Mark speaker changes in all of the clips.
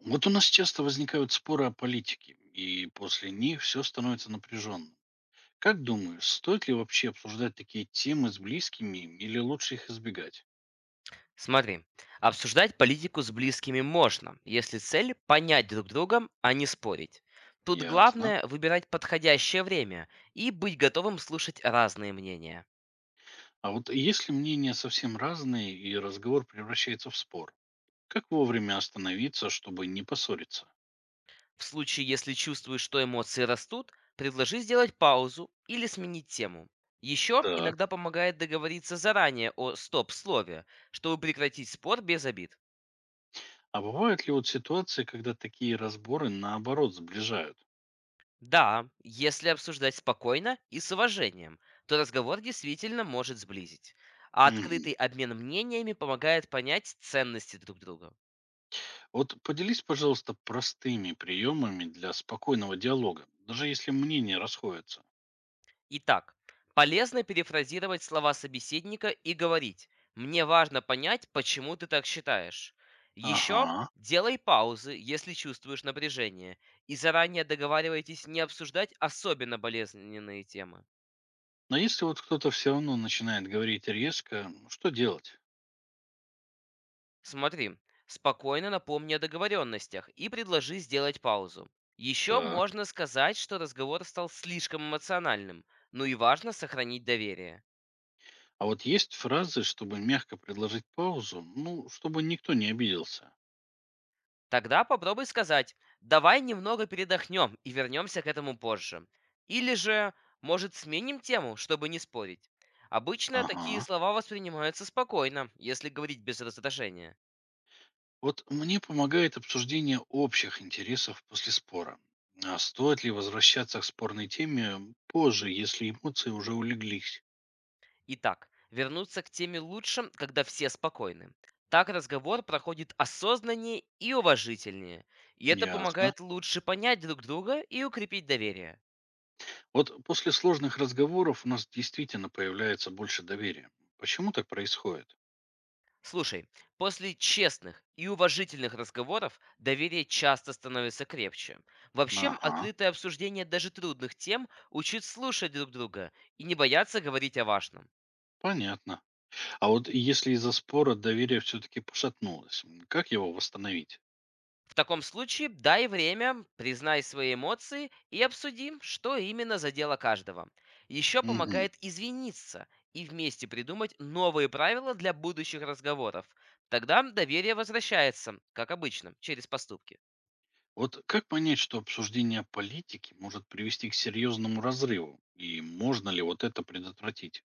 Speaker 1: Вот у нас часто возникают споры о политике, и после них все становится напряженным. Как думаешь, стоит ли вообще обсуждать такие темы с близкими или лучше их избегать?
Speaker 2: Смотри, обсуждать политику с близкими можно, если цель– понять друг друга, а не спорить. Тут
Speaker 1: Ясно.
Speaker 2: главное– выбирать подходящее время и быть готовым слушать разные мнения.
Speaker 1: А вот если мнения совсем разные и разговор превращается в спор, как вовремя остановиться, чтобы не поссориться?
Speaker 2: В случае, если чувствуешь, что эмоции растут, предложи сделать паузу или сменить тему. Еще
Speaker 1: Так.
Speaker 2: иногда помогает договориться заранее о стоп-слове, чтобы прекратить спор без обид.
Speaker 1: А бывают ли вот ситуации, когда такие разборы наоборот сближают?
Speaker 2: Да, если обсуждать спокойно и с уважением, то разговор действительно может сблизить. А
Speaker 1: Мгм.
Speaker 2: открытый обмен мнениями помогает понять ценности друг друга.
Speaker 1: Вот поделись, пожалуйста, простыми приемами для спокойного диалога, даже если мнения расходятся.
Speaker 2: Итак, полезно перефразировать слова собеседника и говорить «Мне важно понять, почему ты так считаешь». Еще
Speaker 1: Ага.
Speaker 2: делай паузы, если чувствуешь напряжение, и заранее договаривайтесь не обсуждать особенно болезненные темы.
Speaker 1: Но если вот кто-то все равно начинает говорить резко, ну, что делать?
Speaker 2: Смотри, спокойно напомни о договоренностях и предложи сделать паузу. Еще
Speaker 1: Так.
Speaker 2: можно сказать, что разговор стал слишком эмоциональным, ну и важно сохранить доверие.
Speaker 1: А вот есть фразы, чтобы мягко предложить паузу, ну, чтобы никто не обиделся.
Speaker 2: Тогда попробуй сказать, давай немного передохнем и вернемся к этому позже. Или же, может, сменим тему, чтобы не спорить. Обычно такие
Speaker 1: Ага.
Speaker 2: слова воспринимаются спокойно, если говорить без раздражения.
Speaker 1: Вот мне помогает обсуждение общих интересов после спора. А стоит ли возвращаться к спорной теме позже, если эмоции уже улеглись?
Speaker 2: Итак, вернуться к теме лучше, когда все спокойны. Так разговор проходит осознаннее и уважительнее, и это
Speaker 1: Ясно.
Speaker 2: помогает лучше понять друг друга и укрепить доверие.
Speaker 1: Вот после сложных разговоров у нас действительно появляется больше доверия. Почему так происходит?
Speaker 2: Слушай, после честных и уважительных разговоров доверие часто становится крепче. Вообще,
Speaker 1: Ага,
Speaker 2: открытое обсуждение даже трудных тем учит слушать друг друга и не бояться говорить о важном.
Speaker 1: понятно. А вот если из-за спора доверие все-таки пошатнулось, как его восстановить?
Speaker 2: В таком случае дай время, признай свои эмоции и обсудим, что именно задело каждого. Еще
Speaker 1: Мгм.
Speaker 2: помогает извиниться и вместе придумать новые правила для будущих разговоров. Тогда доверие возвращается, как обычно, через поступки.
Speaker 1: Вот как понять, что обсуждение политики может привести к серьезному разрыву? И можно ли вот это предотвратить?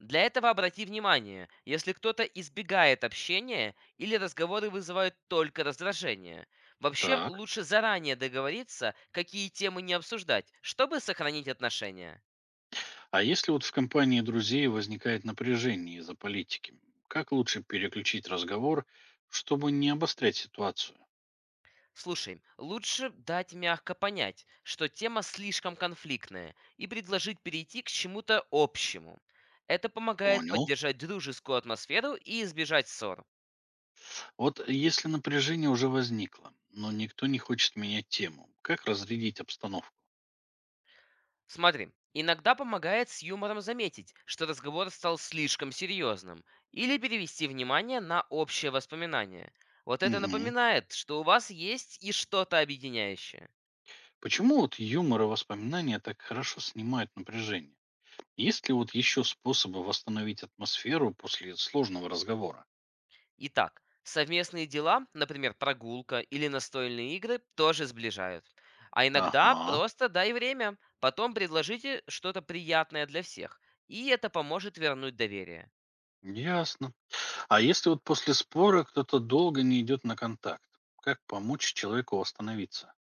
Speaker 2: Для этого обрати внимание, если кто-то избегает общения или разговоры вызывают только раздражение. Вообще,
Speaker 1: Так.
Speaker 2: лучше заранее договориться, какие темы не обсуждать, чтобы сохранить отношения.
Speaker 1: А если вот в компании друзей возникает напряжение из-за политики, как лучше переключить разговор, чтобы не обострять ситуацию?
Speaker 2: Слушай, лучше дать мягко понять, что тема слишком конфликтная, и предложить перейти к чему-то общему. Это помогает
Speaker 1: Понял.
Speaker 2: поддержать дружескую атмосферу и избежать ссор.
Speaker 1: Вот если напряжение уже возникло, но никто не хочет менять тему, как разрядить обстановку?
Speaker 2: Смотри, иногда помогает с юмором заметить, что разговор стал слишком серьезным, или перевести внимание на общее воспоминание. Вот это
Speaker 1: Мгм.
Speaker 2: напоминает, что у вас есть и что-то объединяющее.
Speaker 1: Почему вот юмор и воспоминания так хорошо снимают напряжение? Есть ли вот еще способы восстановить атмосферу после сложного разговора?
Speaker 2: Итак, совместные дела, например, прогулка или настольные игры, тоже сближают. А иногда
Speaker 1: Ага,
Speaker 2: просто дай время, потом предложите что-то приятное для всех, и это поможет вернуть доверие.
Speaker 1: ясно. А если вот после спора кто-то долго не идет на контакт, как помочь человеку восстановиться?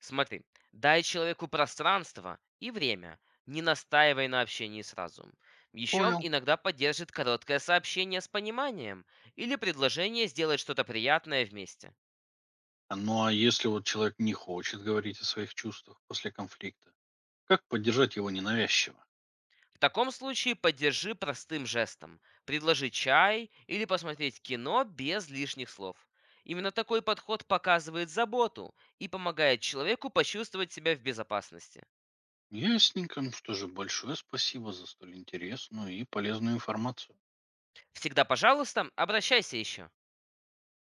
Speaker 2: Смотри, дай человеку пространство и время, не настаивай на общении сразу. Еще
Speaker 1: Понял.
Speaker 2: иногда поддержит короткое сообщение с пониманием или предложение сделать что-то приятное вместе.
Speaker 1: А ну а если вот человек не хочет говорить о своих чувствах после конфликта, как поддержать его ненавязчиво?
Speaker 2: В таком случае поддержи простым жестом. Предложи чай или посмотреть кино без лишних слов. Именно такой подход показывает заботу и помогает человеку почувствовать себя в безопасности.
Speaker 1: Ясненько. Ну что же, большое спасибо за столь интересную и полезную информацию.
Speaker 2: Всегда, пожалуйста, обращайся еще.